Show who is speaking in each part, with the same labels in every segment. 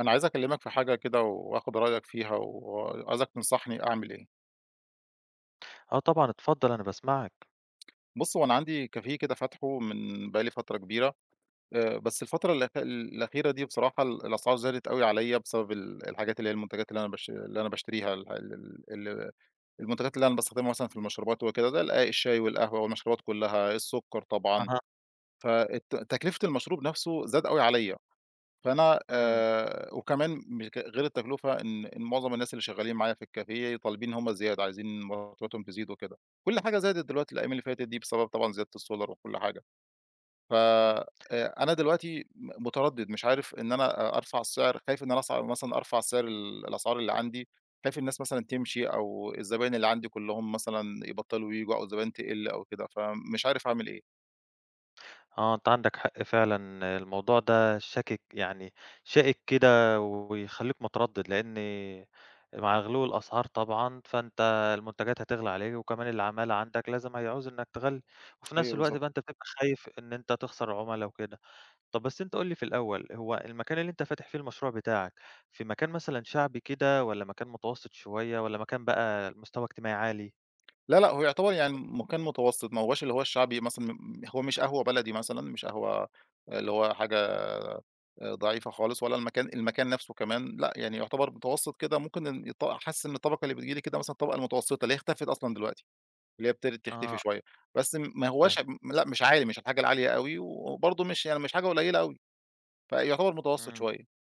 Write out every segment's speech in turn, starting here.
Speaker 1: أنا عايز أكلّمك في حاجة كده وآخُد رأيك فيها وعايزك تنصحني أعمل إيه.
Speaker 2: آه طبعًا، اتفضل أنا باسمعك.
Speaker 1: بُص، هو أنا عندي كافيه كده فاتحه من بقى لي فترة كبيرة، بس الفترة الأخيرة دي بصراحة الأسعار زادت أوي عليّا بسبب الحاجات اللي هي المنتجات اللي أنا باشتريها، ال ال ال المنتجات اللي أنا باستخدمها مثلًا في المشروبات وكده، ده الشاي والقهوة والمشروبات كُلّها، السُكّر طبعًا،
Speaker 2: أها.
Speaker 1: فالت تكلفة المشروب نَفْسه زاد أوي عليّا. فأنا
Speaker 2: إمم.
Speaker 1: وكمان مش ك غير التكلفة، إن معظم الناس اللي شغالين معايا في الكافيه طالبين هم زيادة، عايزين مرتباتهم تزيد وكده. كل حاجة زادت دلوقتي، الأيام اللي فاتت دي بسبب طبعًا زيادة السولر وكل حاجة. ف
Speaker 2: إمم.
Speaker 1: أنا دلوقتي متردد، مش عارف إن أنا أرفع السعر، خايف إن أنا مثلًا أرفع سعر الأسعار اللي عندي، خايف الناس مثلًا تمشي أو الزباين اللي عندي كلّهم مثلًا يبطلوا ييجوا أو الزباين تقِل أو كده، فمش عارف أعمل إيه؟
Speaker 2: آه، أنت عندك حق فعلًا. الموضوع ده شاكك يعني شائك كده ويخلّيك متردّد، لإن مع غلو الأسعار طبعًا، فأنت المنتجات هتغلى عليك وكمان العمالة عندك لازم هيعوزوا إنّك تغلّي، وفي نفس
Speaker 1: ايوه.
Speaker 2: الوقت بقى أنت بتبقى خايف إن أنت تخسر عُملا وكده. طَب بس أنت قُل لي في الأول، هو المكان اللي أنت فاتح فيه المشروع بتاعك، في مكان مثلًا شعبي كده والّا مكان متوسط شوية والّا مكان بقى مستوى اجتماعي عالي؟
Speaker 1: لا، لأ، هو يعتبر يعني مكان متوسط، ما هوّاش اللي هو الشعبي مثلًا، هو مش قهوة بلدي مثلًا، مش قهوة اللي هو حاجة ضعيفة خالص، ولا المكان نَفْسه كمان لأ، يعني يعتبر متوسط كده، ممكن إن حاسس إن الطبقة اللي بتيجي لي كده مثلًا الطبقة المتوسطة اللي هي اختفت أصلًا دلوقتي، اللي هي ابتدت تختفي
Speaker 2: آه،
Speaker 1: شوية، بس ما هوّاش،
Speaker 2: فاهم.
Speaker 1: لأ، مش عالي، مش الحاجة العالية أوي، وبرضه مش يعني مش حاجة قليلة أوي، فيعتبر متوسط
Speaker 2: إمم.
Speaker 1: شوية.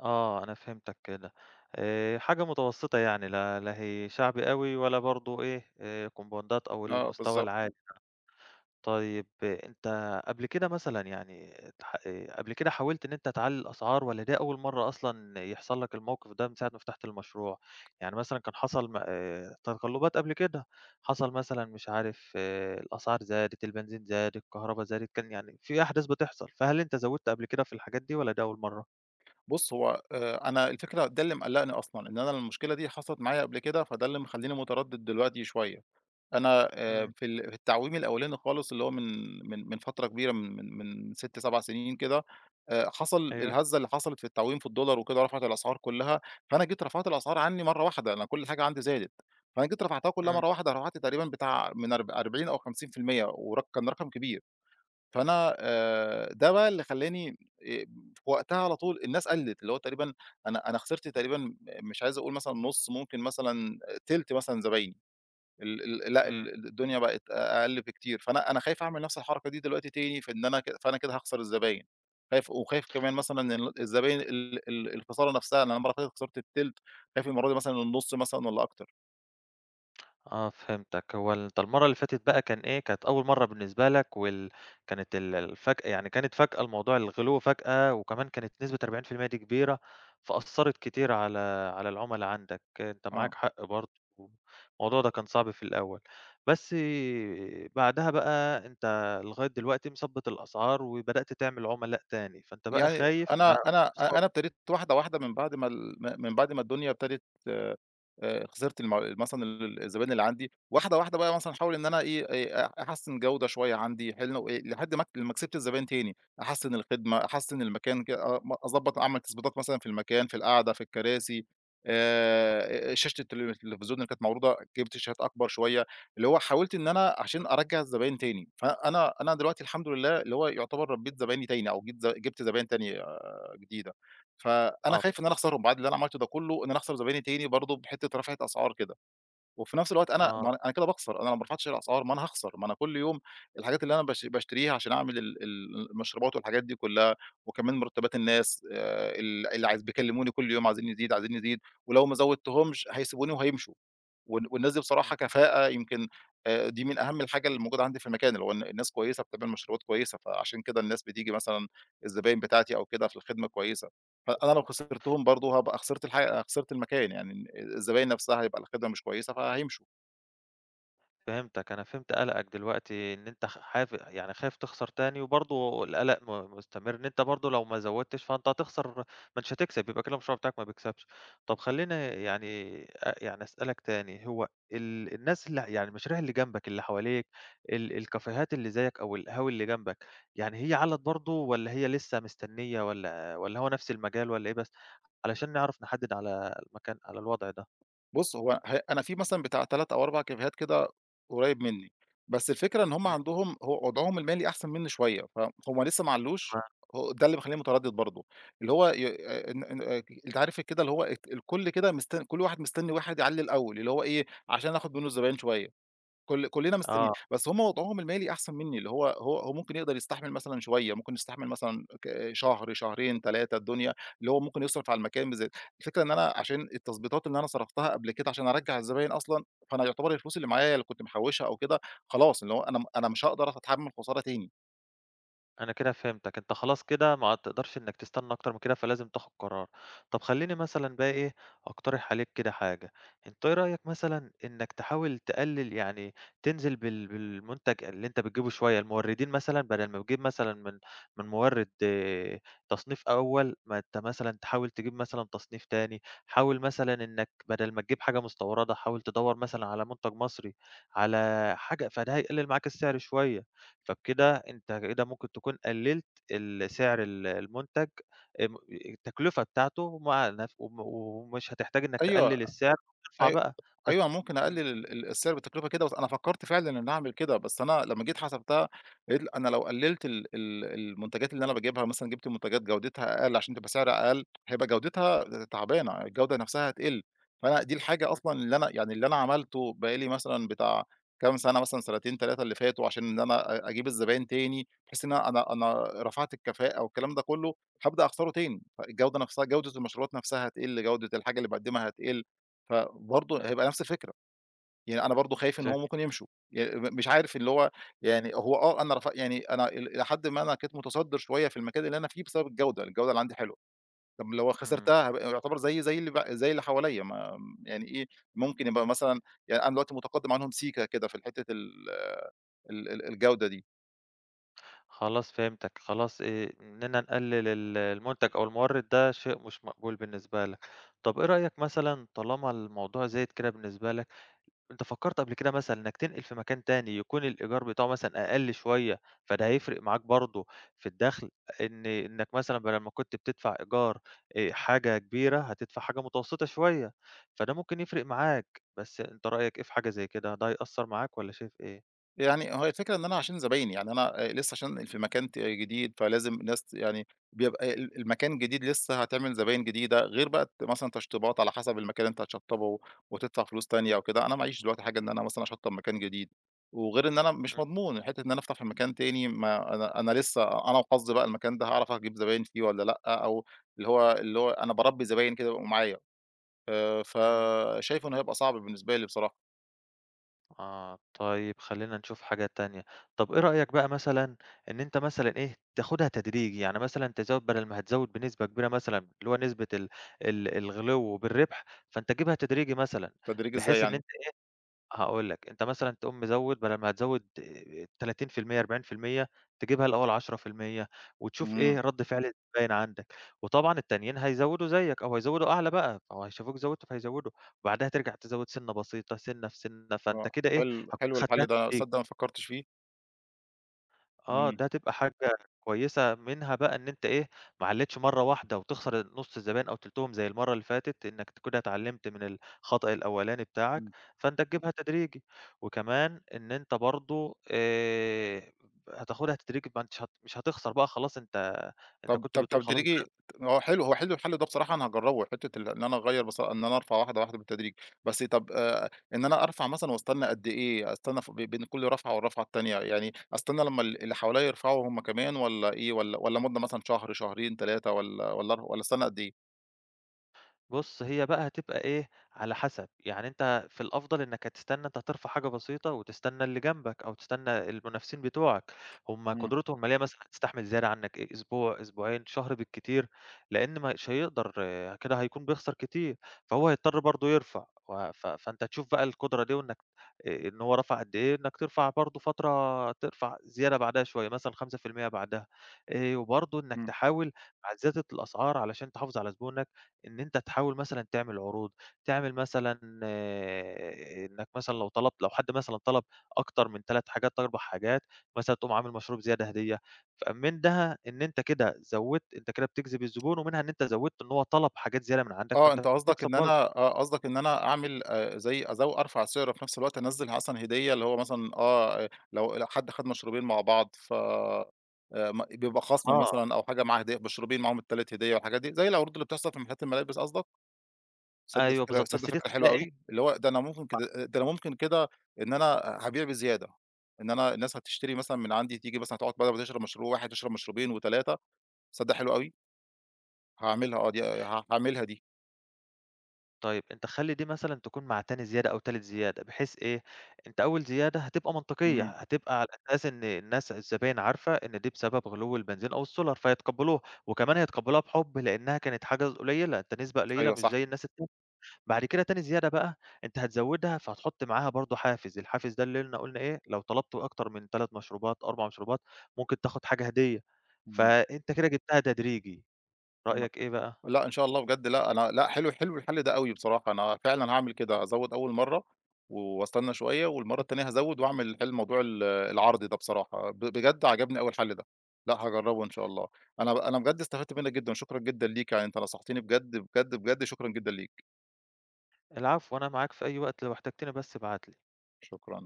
Speaker 2: آه، أنا فهمتك كده. حاجة متوسطة يعني، لا لا هي شعبي أوي ولا برضه إيه، كومباوندات أو
Speaker 1: آه،
Speaker 2: المستوى
Speaker 1: بالضبط.
Speaker 2: العالي. طيب إيه، أنت قبل كده مثلًا يعني اتح قبل كده حاولت إن أنت تعلّي الأسعار والّا ده أول مرّة أصلًا يحصل لك الموقف ده من ساعة ما فتحت المشروع؟ يعني مثلًا كان حصل م تقلُّبات قبل كده، حصل مثلًا مش عارف إيه، الأسعار زادت، البنزين زاد، الكهربا زادت، كان يعني في أحداث بتحصل، فهل أنت زوّدت قبل كده في الحاجات دي والّا دي أول مرّة؟
Speaker 1: بُص، هو أنا الفكرة ده اللي مقلّقني أصلًا، إن أنا المشكلة دي حصلت معايا قبل كده، فده اللي مخلّيني متردد دلوقتي شوية. أنا
Speaker 2: إمم.
Speaker 1: في في التعويم الأولاني خالص اللي هو من فترة كبيرة، من 6، 7 سنين كده، حصل
Speaker 2: أيوه.
Speaker 1: الهزة اللي حصلت في التعويم في الدولار وكده، رفعت الأسعار كلها، فأنا جيت رفعت الأسعار عني مرة واحدة، أنا كل حاجة عندي زادت، فأنا جيت رفعتها كلها
Speaker 2: إمم.
Speaker 1: مرة واحدة، رفعت تقريبًا بتاع من 40 أو 50% ورق، كان رقم كبير. فأنا ده بقى اللي خلّاني في وقتها على طول الناس قلّت، اللي هو تقريبًا أنا خسرت تقريبًا، مش عايز أقول مثلًا نُص، ممكن مثلًا تِلت مثلًا زبايني. ال ال لأ،
Speaker 2: إمم.
Speaker 1: الدنيا بقت أقل بكتير، فأنا خايف أعمل نفس الحركة دي دلوقتي تاني، فإن أنا ك فأنا كده هاخسر الزباين، خايف، وخايف كمان مثلًا إن ال- الزباين ال ال الخسارة نفسها، أنا المرّة اللي فاتت خسرت التِلت، خايف المرّة دي مثلًا النُص مثلًا والّا أكتر.
Speaker 2: آه فهمتك. هو أنت المرّة اللي فاتت بقى كان إيه، كانت أول مرّة بالنسبة لك كانت الفجأة يعني، كانت فجأة الموضوع الغلو فجأة، وكمان كانت نسبة 40% دي كبيرة، فأثّرت كتير على العُملا عندك، أنت
Speaker 1: آه.
Speaker 2: معاك حق برضه، الموضوع ده كان صعب في الأول. بس بعدها بقى أنت لغاية دلوقتي مثبّت الأسعار وبدأت تعمل عُملاء تاني، فأنت بقى
Speaker 1: يعني
Speaker 2: خايف
Speaker 1: أنا
Speaker 2: إنها.
Speaker 1: أنا أ أنا ابتديت واحدة، واحدة، من بعد ما الدنيا ابتدت خسرت مثلًا الزباين اللي عندي، واحدة، واحدة بقى، مثلًا أحاول إن أنا إيه، أحسّن جودة شوية عندي، حلو، لحد ما لمّا كسبت الزباين تاني، أحسّن الخدمة، أحسّن المكان ك أ م أضبّط، أعمل تضبيطات مثلًا في المكان، في القعدة، في الكراسي، شاشة التلفزيون اللي كانت معروضة جِبت شاشات أكبر شوية. اللي هو حاولت إن أنا عشان أرجّع الزباين تاني، فأنا دلوقتي الحمد لله، اللي هو يعتبر ربّيت زبايني تاني أو جيت ز جِبت زباين تانية جديدة، فأنا
Speaker 2: آه.
Speaker 1: خايف إن أنا أخسرهم بعد اللي أنا عملته ده كلّه، إن أنا أخسر زبايني تاني برضه بحتّة رفعة أسعار كده، وفي نفس الوقت أنا،
Speaker 2: آه.
Speaker 1: ما أنا كده باخسر، أنا لو ما رفعتش الأسعار ما أنا هاخسر، ما أنا كل يوم الحاجات اللي أنا باشتريها عشان أعمل ال ال المشروبات والحاجات دي كلّها، وكمان مرتبات الناس، ال اللي عايز بيكلموني كل يوم عايزين نزيد، عايزين نزيد، ولو ما زودتهمش هيسيبوني وهيمشوا. والناس دي
Speaker 2: إمم.
Speaker 1: بصراحة كفاءة، يمكن دي من أهم الحاجة اللي موجودة عندي في المكان، اللي هو إن الناس كويسة بتعمل مشروبات كويسة، فعشان كده الناس بتيجي مثلًا، الزباين بتاعتي أو كده، في الخدمة كويسة، فأنا لو خسرتهم برضه هابقى خسرت خسرت المكان، يعني الزباين نفسها هيبقى الخدمة مش كويسة فهيمشوا.
Speaker 2: فهمتك، أنا فهمت قلقك دلوقتي إن أنت خ حاف يعني خايف تخسر تاني، وبرضه القلق مستمر، إن أنت برضه لو ما زوّدتش فأنت هتخسر، ما أنتش هتكسب، يبقى كده المشروع بتاعك ما بيكسبش. طب خلّيني يعني أ يعني أسألك تاني، هو الناس اللي يعني المشاريع اللي جنبك، اللي حواليك، الكافيهات اللي زيّك أو القهاوي اللي جنبك، يعني هي علّت برضه والّا هي لسه مستنية والّا هو نفس المجال والّا إيه بس؟ علشان نعرف نحدد على المكان، على الوضع ده.
Speaker 1: بُص، هو ه أنا في مثلًا بتاع 3 أو 4 كافيهات كده قريب منّي، بس الفكرة إن هم
Speaker 2: إمم.
Speaker 1: عندهم، هو وضعهم المالي أحسن منّي شوية، فهُم لسه ما علّوش،
Speaker 2: تمام.
Speaker 1: هو ده اللي مخلّيني متردد برضه، اللي هو آه، إن أنت عارف كده، اللي هو الكل كده كل واحد مستني واحد يعلّي الأول، اللي هو إيه، عشان آخد منّه
Speaker 2: إمم.
Speaker 1: الزباين شوية. كل، كلّنا مستنيين،
Speaker 2: آه.
Speaker 1: بس هم وضعهم المالي أحسن منّي، اللي هو هو ممكن يقدر يستحمل مثلًا شوية، ممكن يستحمل مثلًا شهر، شهرين، 3، الدنيا، اللي هو ممكن يصرف على المكان بزيادة، الفكرة إن أنا عشان التظبيطات اللي أنا صرفتها قبل كده عشان أرجّع الزباين أصلًا، فأنا يعتبر الفلوس اللي معايا اللي كنت محوّشها أو كده خلاص، اللي هو أنا م أنا مش هاقدر أتحمّل خسارة تاني.
Speaker 2: أنا كده فهمتك، أنت خلاص كده ما تقدرش إنك تستنى أكتر من كده، فلازم تاخد قرار. طب خلّيني مثلًا بقى إيه، أقترح عليك كده حاجة. أنت إيه رأيك مثلًا إنك تحاول تقلل يعني تنزل بالمنتج اللي أنت بتجيبه شوية، الموردين مثلًا بدل ما بتجيب مثلًا من مورد آه، تصنيف أول، ما أنت مثلًا تحاول تجيب مثلًا تصنيف تاني، حاول مثلًا إنك بدل ما تجيب حاجة مستوردة حاول تدوّر مثلًا على منتج مصري، على حاجة، فده هيقلل معاك السعر شوية. فبكده أنت كده ممكن تكون قلّلت سعر المنتج، التكلفة بتاعته مع نف وم ومش هتحتاج إنك
Speaker 1: أيوه.
Speaker 2: تقلل السعر وترفع
Speaker 1: أي
Speaker 2: بقى بس.
Speaker 1: أيوه، ممكن أقلل
Speaker 2: إمم.
Speaker 1: ال ال السعر بالتكلفة كده، بس أنا فكّرت فعلًا إن أعمل كده، بس أنا لمّا جيت حسبتها لقيت أنا لو قللت ال ال المنتجات اللي أنا باجيبها، مثلًا جِبت منتجات جودتها أقل عشان تبقى سعرها أقل، هيبقى جودتها تعبانة، الجودة نفسها هتقل، فأنا دي الحاجة
Speaker 2: إمم.
Speaker 1: أصلًا اللي أنا عملته بقى لي مثلًا بتاع كام سَنة، مثلًا سنتين، 3 اللي فاتوا، عشان إن أنا أجيب الزباين تاني، بحيث إن أنا رفعت الكفاءة والكلام ده كلّه، هابدأ أخسره تاني، فالجودة نفسها، جودة المشروبات نفسها هتقل، جودة الحاجة اللي باقدّمها هتقل، فبرضه
Speaker 2: إمم.
Speaker 1: هيبقى نفس الفكرة، يعني أنا برضه خايف إن
Speaker 2: فاه
Speaker 1: هُم ممكن يمشوا، ي م مش عارف اللي هو، يعني هو آه، أنا رف يعني أنا إلى حدٍ ما أنا كنت متصدر شوية في المكان اللي أنا فيه بسبب الجودة، الجودة اللي عندي حلوة، طب ما لو
Speaker 2: إمم.
Speaker 1: خسرتها هابقى يعتبر زيي، زي اللي حواليّا، ما يعني إيه، ممكن يبقى مثلًا، يعني أنا دلوقتي متقدم عنهم سيكة كده في حتة ال ال ال الجودة دي.
Speaker 2: خلاص فهمتك، خلاص، إننا نقلل المنتج أو المورد ده شيء مش مقبول بالنسبة لك. طب إيه رأيك مثلًا طالما الموضوع زايد كده بالنسبة لك، أنت فكّرت قبل كده مثلًا إنك تنقل في مكان تاني يكون الإيجار بتاعه مثلًا أقل شوية، فده هيفرق معاك برضه في الدخْل، إنك مثلًا بدل ما كنت بتدفع إيجار حاجة كبيرة، هتدفع حاجة متوسطة شوية، فده ممكن يفرق معاك، بس أنت رأيك إيه في حاجة زي كده، ده هيأثّر معاك والّا شايف إيه؟
Speaker 1: يعني هو الفكرة إن أنا عشان زبايني، يعني أنا لسه عشان في مكان جديد، فلازم ناس يعني بيبقى المكان جديد لسه هتعمل زباين جديدة، غير بقى مثلًا تشطيبات على حسب المكان اللي أنت هتشطّبه وتدفع فلوس تانية وكده، أنا معيش دلوقتي حاجة إن أنا مثلًا أشطّب مكان جديد، وغير إن أنا مش
Speaker 2: إمم.
Speaker 1: مضمون، حتّة إن أنا أفتح في مكان تاني، ما أنا لسه أنا وحظي بقى المكان ده هاعرف أجيب زباين فيه والّا لأ، أو اللي هو أنا باربّي زباين كده يبقوا معايا،
Speaker 2: إمم.
Speaker 1: فشايف إنه هيبقى صعب بالنسبة لي بصراحة.
Speaker 2: آه، طيب خلّينا نشوف حاجة تانية. طب إيه رأيك بقى مثلًا إن أنت مثلًا إيه، تاخدها تدريجي، يعني مثلًا تزوّد بدل ما هتزوّد بنسبة كبيرة، مثلًا اللي هو نسبة ال ال الغلو بالربح، فأنت تجيبها تدريجي مثلًا،
Speaker 1: تدريج إزاي
Speaker 2: بحيث إن،
Speaker 1: يعني؟
Speaker 2: هاقول لك، أنت مثلًا تقوم مزوّد بدل ما هتزوّد 30% 40%، تجيبها الأول 10% وتشوف
Speaker 1: إمم.
Speaker 2: إيه رَد فعل الزباين عندك، وطبعًا التانيين هيزوّدوا زيّك أو هيزوّدوا أعلى بقى، فهو هيشوفوك زوّدت فهيزوّدوا، وبعدها ترجع تزوّد سِنّة بسيطة، سِنّة في سِنّة، فأنت
Speaker 1: آه،
Speaker 2: كده إيه،
Speaker 1: حلو،
Speaker 2: هتكون
Speaker 1: حلو الحل
Speaker 2: خدتها.
Speaker 1: ده، تصدّق ما فكّرتش فيه.
Speaker 2: آه،
Speaker 1: إمم.
Speaker 2: ده هتبقى حاجة كويسة، منها بقى إن أنت إيه، ما علّيتش مرّة واحدة وتخسر نُص الزباين أو تلتهم زي المرّة اللي فاتت، إنّك كده اتعلّمت من الخطأ الأولاني بتاعك،
Speaker 1: إمم.
Speaker 2: فأنت تجيبها تدريجي، وكمان إن أنت برضه، هتاخدها تدريجي، ما أنتش مش هتخسر بقى خلاص. أنت
Speaker 1: طَب
Speaker 2: كنت
Speaker 1: طَب طب
Speaker 2: بتقول خلاص.
Speaker 1: تدريجي، هو حلو الحل ده بصراحة أنا هاجرّبه، حتّة إن أنا أغيّر بص إن أنا أرفع واحدة واحدة بالتدريج. بس طَب إن أنا أرفع مثلًا وأستنى قد إيه، أستنى ف ب بين كل رفعة والرفعة التانية، يعني أستنى لمّا اللي حواليّا يرفعوا هُم كمان، والّا إيه، والّا مُدّة مثلًا شهر، شهرين، 3، والّا أستنى قد إيه؟
Speaker 2: بُص، هي بقى هتبقى إيه، على حسب، يعني أنت في الأفضل إنّك هتستنى، أنت هترفع حاجة بسيطة وتستنى اللي جنبك أو تستنى المنافسين بتوعك، هُم
Speaker 1: إمم.
Speaker 2: قدرتهم المالية مثلًا هتستحمل زيادة عنّك إيه، أسبوع، أسبوعين، شهر بالكتير، لإن مش هيقدر آه، كده هيكون بيخسر كتير، فهو هيضطر برضه يرفع، و ف فأنت تشوف بقى القدرة دي، وإنّك إن هو رفع قد إيه، إنّك ترفع برضه فترة، ترفع زيادة بعدها شوية، مثلًا 5% بعدها، وبرضه إنّك
Speaker 1: إمم.
Speaker 2: تحاول مع زيادة الأسعار علشان تحافظ على زبونك، إن أنت تحاول مثلًا تعمل عروض، تعمل مثلًا آه، إنك مثلًا لو حد مثلًا طلب أكتر من 3 حاجات، 4 حاجات، مثلًا تقوم عامل مشروب زيادة هدية، فمنها إن أنت كده زوّدت، أنت كده بتجذب الزبون، ومنها إن أنت زوّدت إن هو طلب حاجات زيادة من عندك،
Speaker 1: آه،
Speaker 2: فأنت
Speaker 1: أنت قصدك
Speaker 2: بتكسب
Speaker 1: إن
Speaker 2: برضه.
Speaker 1: أنا، آه، قصدك إن أنا أعمل زي، أرفع السعر وفي نفس الوقت أنزّل مثلًا هدية، اللي هو مثلًا آه، لو حد خد مشروبين مع بعض ف م بيبقى خصم
Speaker 2: آه.
Speaker 1: مثلًا أو حاجة معاها هدية، مشروبين معاهم ال3 هدية والحاجات دي، زي العروض اللي بتحصل في محلات الملابس قصدك؟ تصدّق
Speaker 2: أيوه
Speaker 1: فكرة،
Speaker 2: بالضبط،
Speaker 1: تصدّق
Speaker 2: بس دي
Speaker 1: فكرة حلوة
Speaker 2: تخلّيها
Speaker 1: أوي، اللي هو ده أنا ممكن
Speaker 2: إيه،
Speaker 1: كده، إن أنا هابيع بزيادة، إن أنا الناس هتشتري مثلًا من عندي، تيجي مثلًا تقعد، بدل ما تشرب مشروب واحد تشرب مشروبين و3، تصدّق حلوة أوي، هاعملها، آه، دي ه هاعملها دي.
Speaker 2: طيب أنت خلّي دي مثلًا تكون مع تاني زيادة أو تالت زيادة، بحيث إيه، أنت أول زيادة هتبقى منطقية،
Speaker 1: إمم.
Speaker 2: هتبقى على أساس إن الناس الزباين عارفة إن دي بسبب غلو البنزين أو السولار، فيتقبّلوها، وكمان هيتقبّلوها بحُب لإنها كانت حاجة قليلة، أنت نسبة قليلة
Speaker 1: أيوه
Speaker 2: مش
Speaker 1: صح.
Speaker 2: زي الناس التانية. بعد كده تاني زيادة بقى أنت هتزوّدها، فهتحُط معاها برضه حافز، الحافز ده اللي قلنا إيه، لو طلبت أكتر من 3 مشروبات، 4 مشروبات، ممكن تاخد حاجة هدية،
Speaker 1: إمم.
Speaker 2: فأنت كده جِبتها تدريجي.
Speaker 1: ما
Speaker 2: رأيك إيه بقى؟
Speaker 1: لأ، إن شاء الله بجد، لأ، أنا لأ، حلو، حلو الحل ده أوي بصراحة، أنا فعلًا هاعمل كده، هازوّد أول مرّة، واستنى شوية، والمرّة التانية هازوّد وأعمل حل موضوع العرض ده بصراحة، بجد عجبني أوي الحل ده، لأ، هاجرّبه إن شاء الله، أنا ب أنا بجد استفدت منّك جدًا، شكرًا جدًا ليك، يعني أنت نصحتني بجد، بجد، بجد، شكرًا جدًا ليك.
Speaker 2: العفو، أنا معاك في أي وقت لو احتجتني بس ابعت لي.
Speaker 1: شكرًا.